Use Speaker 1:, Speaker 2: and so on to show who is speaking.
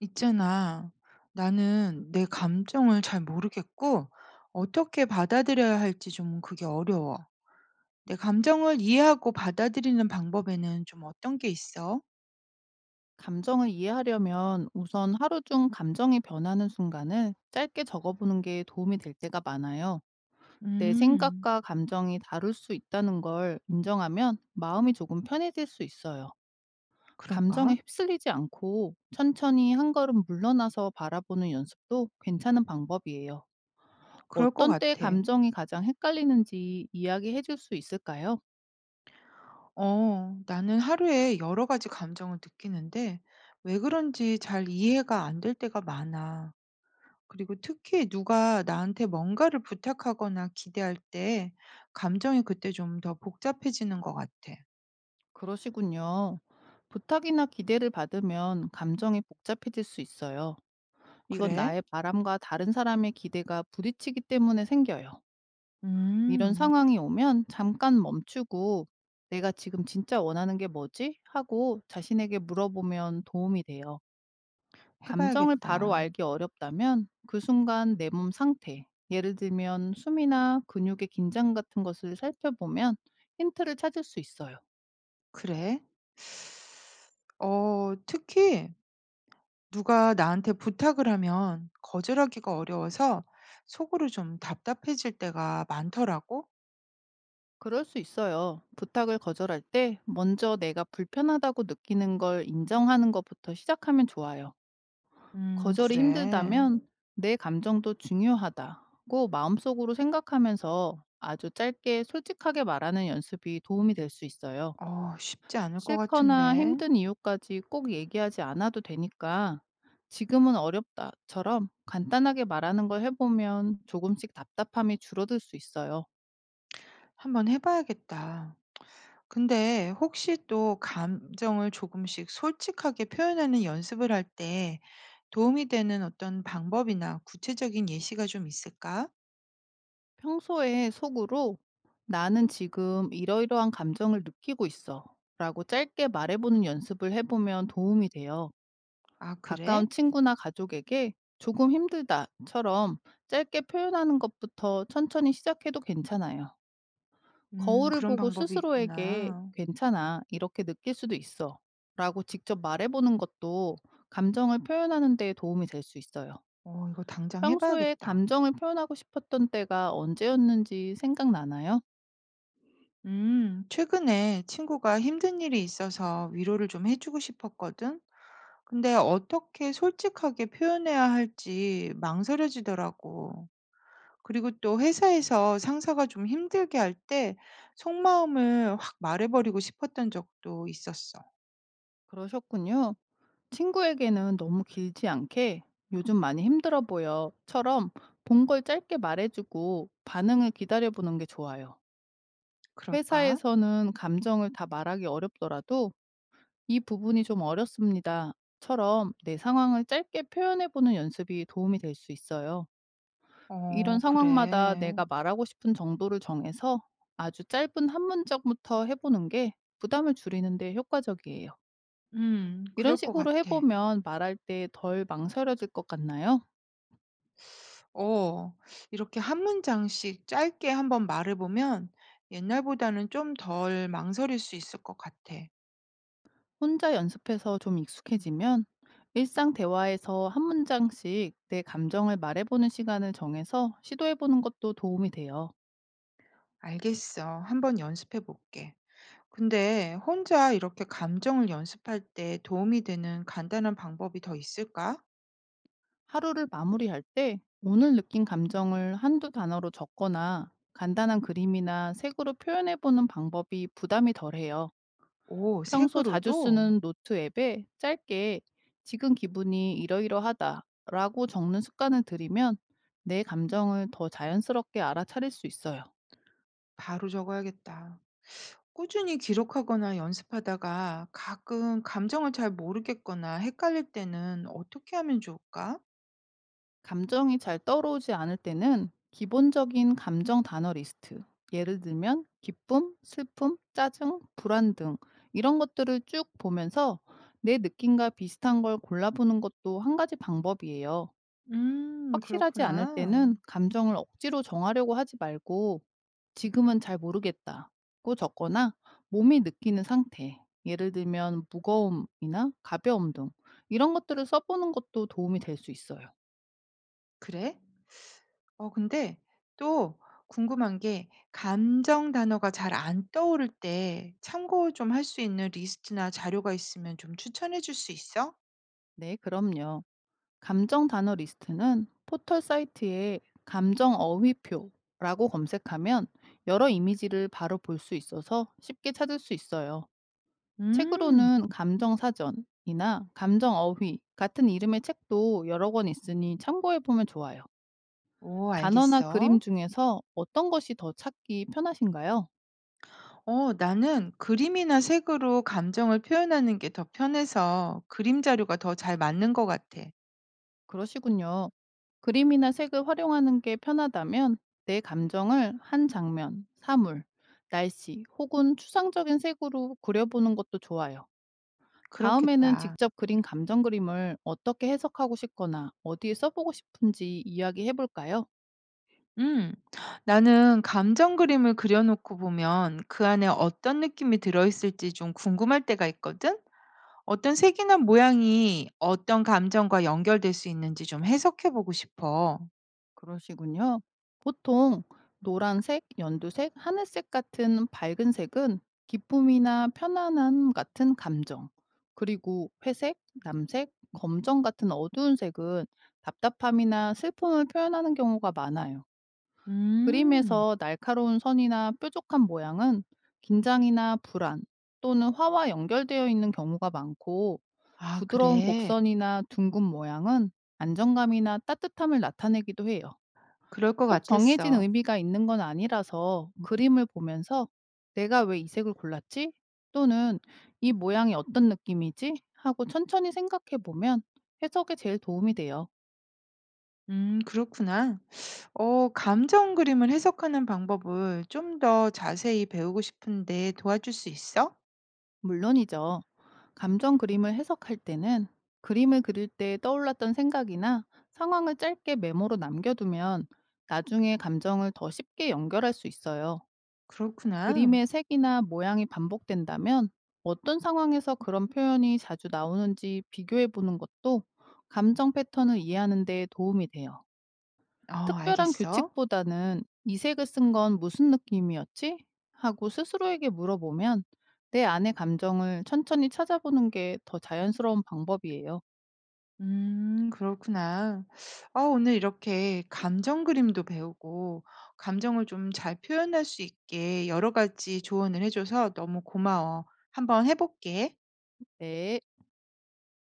Speaker 1: 있잖아. 나는 내 감정을 잘 모르겠고, 어떻게 받아들여야 할지 좀 그게 어려워. 내 감정을 이해하고 받아들이는 방법에는 좀 어떤 게 있어?
Speaker 2: 감정을 이해하려면 우선 하루 중 감정이 변하는 순간을 짧게 적어보는 게 도움이 될 때가 많아요. 내
Speaker 1: 음,
Speaker 2: 생각과 감정이 다를 수 있다는 걸 인정하면 마음이 조금 편해질 수 있어요.
Speaker 1: 그럴까?
Speaker 2: 감정에 휩쓸리지 않고 천천히 한 걸음 물러나서 바라보는 연습도 괜찮은 방법이에요.
Speaker 1: 그럴 것
Speaker 2: 어떤 때
Speaker 1: 같아.
Speaker 2: 감정이 가장 헷갈리는지 이야기해 줄 수 있을까요?
Speaker 1: 어, 나는 하루에 여러 가지 감정을 느끼는데, 왜 그런지 잘 이해가 안 될 때가 많아. 그리고 특히 누가 나한테 뭔가를 부탁하거나 기대할 때, 감정이 그때 좀 더 복잡해지는 것 같아.
Speaker 2: 그러시군요. 부탁이나 기대를 받으면 감정이 복잡해질 수 있어요. 이건
Speaker 1: 그래?
Speaker 2: 나의 바람과 다른 사람의 기대가 부딪히기 때문에 생겨요. 이런
Speaker 1: 음.
Speaker 2: 상황이 오면 잠깐 멈추고 내가 지금 진짜 원하는 게 뭐지? 하고 자신에게 물어보면 도움이 돼요.
Speaker 1: 해
Speaker 2: 감정을 바로
Speaker 1: 봐야겠다.
Speaker 2: 알기 어렵다면 그 순간 내 몸 상태, 예를 들면 숨이나 근육의 긴장 같은 것을 살펴보면 힌트를 찾을 수 있어요.
Speaker 1: 그래? 어, 특히 누가 나한테 부탁을 하면 거절하기가 어려워서 속으로 좀 답답해질 때가 많더라고.
Speaker 2: 그럴 수 있어요. 부탁을 거절할 때 먼저 내가 불편하다고 느끼는 걸 인정하는 것부터 시작하면 좋아요.
Speaker 1: 음,
Speaker 2: 거절이
Speaker 1: 그래.
Speaker 2: 힘들다면 내 감정도 중요하다고 마음속으로 생각하면서 아주 짧게 솔직하게 말하는 연습이 도움이 될 수 있어요.
Speaker 1: 어, 쉽지 않을 것
Speaker 2: 싫거나
Speaker 1: 같은데.
Speaker 2: 힘든 이유까지 꼭 얘기하지 않아도 되니까 지금은 어렵다처럼 간단하게 말하는 걸 해보면 조금씩 답답함이 줄어들 수 있어요.
Speaker 1: 한번 해 봐야겠다. 근데 혹시 또 감정을 조금씩 솔직하게 표현하는 연습을 할 때 도움이 되는 어떤 방법이나 구체적인 예시가 좀 있을까?
Speaker 2: 평소에 속으로 나는 지금 이러이러한 감정을 느끼고 있어 라고 짧게 말해보는 연습을 해보면 도움이 돼요.
Speaker 1: 아, 그래?
Speaker 2: 가까운 친구나 가족에게 "조금 힘들다."처럼 짧게 표현하는 것부터 천천히 시작해도 괜찮아요. 거울을
Speaker 1: 그런
Speaker 2: 보고
Speaker 1: 방법이
Speaker 2: 스스로에게
Speaker 1: 있구나.
Speaker 2: "괜찮아. 이렇게 느낄 수도 있어."라고 직접 말해 보는 것도 감정을 표현하는 데 도움이 될 수 있어요.
Speaker 1: 어, 이거 당장
Speaker 2: 평소에
Speaker 1: 해봐야겠다.
Speaker 2: 감정을 표현하고 싶었던 때가 언제였는지 생각나나요?
Speaker 1: 최근에 친구가 힘든 일이 있어서 위로를 좀 해주고 싶었거든. 근데 어떻게 솔직하게 표현해야 할지 망설여지더라고. 그리고 또 회사에서 상사가 좀 힘들게 할 때 속마음을 확 말해버리고 싶었던 적도 있었어.
Speaker 2: 그러셨군요. 친구에게는 너무 길지 않게 요즘 많이 힘들어 보여처럼 본 걸 짧게 말해주고 반응을 기다려보는 게 좋아요.
Speaker 1: 그럴까?
Speaker 2: 회사에서는 감정을 다 말하기 어렵더라도 이 부분이 좀 어렵습니다처럼 내 상황을 짧게 표현해보는 연습이 도움이 될 수 있어요. 이런
Speaker 1: 어,
Speaker 2: 상황마다
Speaker 1: 그래.
Speaker 2: 내가 말하고 싶은 정도를 정해서 아주 짧은 한 문장부터 해보는 게 부담을 줄이는데 효과적이에요. 이런
Speaker 1: 그럴 것
Speaker 2: 식으로
Speaker 1: 같아.
Speaker 2: 해보면 말할 때 덜 망설여질 것 같나요?
Speaker 1: 어. 이렇게 한 문장씩 짧게 한번 말해 보면 옛날보다는 좀 덜 망설일 수 있을 것 같아.
Speaker 2: 혼자 연습해서 좀 익숙해지면 일상 대화에서 한 문장씩 내 감정을 말해보는 시간을 정해서 시도해보는 것도 도움이 돼요.
Speaker 1: 알겠어. 한번 연습해 볼게. 근데 혼자 이렇게 감정을 연습할 때 도움이 되는 간단한 방법이 더 있을까?
Speaker 2: 하루를 마무리할 때 오늘 느낀 감정을 한두 단어로 적거나 간단한 그림이나 색으로 표현해보는 방법이 부담이 덜해요.
Speaker 1: 오,
Speaker 2: 평소 자주
Speaker 1: 색으로도?
Speaker 2: 쓰는 노트 앱에 짧게 지금 기분이 이러이러하다 라고 적는 습관을 들이면 내 감정을 더 자연스럽게 알아차릴 수 있어요.
Speaker 1: 바로 적어야겠다. 꾸준히 기록하거나 연습하다가 가끔 감정을 잘 모르겠거나 헷갈릴 때는 어떻게 하면 좋을까?
Speaker 2: 감정이 잘 떠오르지 않을 때는 기본적인 감정 단어 리스트, 예를 들면 기쁨, 슬픔, 짜증, 불안 등 이런 것들을 쭉 보면서 내 느낌과 비슷한 걸 골라보는 것도 한 가지 방법이에요. 확실하지 않을
Speaker 1: 그렇구나.
Speaker 2: 때는 감정을 억지로 정하려고 하지 말고 지금은 잘 모르겠다고 적거나 몸이 느끼는 상태, 예를 들면 무거움이나 가벼움 등 이런 것들을 써보는 것도 도움이 될 수 있어요.
Speaker 1: 그래? 어, 근데 또 궁금한 게, 감정 단어가 잘 안 떠오를 때 참고 좀 할 수 있는 리스트나 자료가 있으면 좀 추천해 줄 수 있어?
Speaker 2: 네, 그럼요. 감정 단어 리스트는 포털 사이트에 감정 어휘표라고 검색하면 여러 이미지를 바로 볼 수 있어서 쉽게 찾을 수 있어요.
Speaker 1: 음.
Speaker 2: 책으로는 감정 사전이나 감정 어휘 같은 이름의 책도 여러 권 있으니 참고해 보면 좋아요.
Speaker 1: 오,
Speaker 2: 단어나 그림
Speaker 1: 알겠어.
Speaker 2: 중에서 어떤 것이 더 찾기 편하신가요?
Speaker 1: 어, 나는 그림이나 색으로 감정을 표현하는 게 더 편해서 그림 자료가 더 잘 맞는 것 같아.
Speaker 2: 그러시군요. 그림이나 색을 활용하는 게 편하다면 내 감정을 한 장면, 사물, 날씨 혹은 추상적인 색으로 그려보는 것도 좋아요. 다음에는
Speaker 1: 그렇겠다.
Speaker 2: 직접 그린 감정 그림을 어떻게 해석하고 싶거나 어디에 써보고 싶은지 이야기해 볼까요?
Speaker 1: 음, 나는 감정 그림을 그려놓고 보면 그 안에 어떤 느낌이 들어있을지 좀 궁금할 때가 있거든? 어떤 색이나 모양이 어떤 감정과 연결될 수 있는지 좀 해석해 보고 싶어.
Speaker 2: 그러시군요. 보통 노란색, 연두색, 하늘색 같은 밝은 색은 기쁨이나 편안함 같은 감정, 그리고 회색, 남색, 검정 같은 어두운 색은 답답함이나 슬픔을 표현하는 경우가 많아요.
Speaker 1: 음.
Speaker 2: 그림에서 날카로운 선이나 뾰족한 모양은 긴장이나 불안 또는 화와 연결되어 있는 경우가 많고,
Speaker 1: 아,
Speaker 2: 부드러운
Speaker 1: 그래.
Speaker 2: 곡선이나 둥근 모양은 안정감이나 따뜻함을 나타내기도 해요.
Speaker 1: 그럴 것
Speaker 2: 꼭 정해진
Speaker 1: 같았어.
Speaker 2: 의미가 있는 건 아니라서 그림을 보면서 '내가 왜 이 색을 골랐지?' 또는 '이 모양이 어떤 느낌이지?' 하고 천천히 생각해 보면 해석에 제일 도움이 돼요.
Speaker 1: 그렇구나. 어, 감정 그림을 해석하는 방법을 좀 더 자세히 배우고 싶은데 도와줄 수 있어?
Speaker 2: 물론이죠. 감정 그림을 해석할 때는 그림을 그릴 때 떠올랐던 생각이나 상황을 짧게 메모로 남겨두면 나중에 감정을 더 쉽게 연결할 수 있어요.
Speaker 1: 그렇구나.
Speaker 2: 그림의 색이나 모양이 반복된다면 어떤 상황에서 그런 표현이 자주 나오는지 비교해 보는 것도 감정 패턴을 이해하는 데 도움이 돼요.
Speaker 1: 어,
Speaker 2: 특별한
Speaker 1: 알겠어.
Speaker 2: 규칙보다는 이 색을 쓴 건 무슨 느낌이었지? 하고 스스로에게 물어보면 내 안의 감정을 천천히 찾아보는 게 더 자연스러운 방법이에요.
Speaker 1: 음, 그렇구나. 아, 오늘 이렇게 감정 그림도 배우고 감정을 좀 잘 표현할 수 있게 여러 가지 조언을 해 줘서 너무 고마워. 한번 해 볼게.
Speaker 2: 네.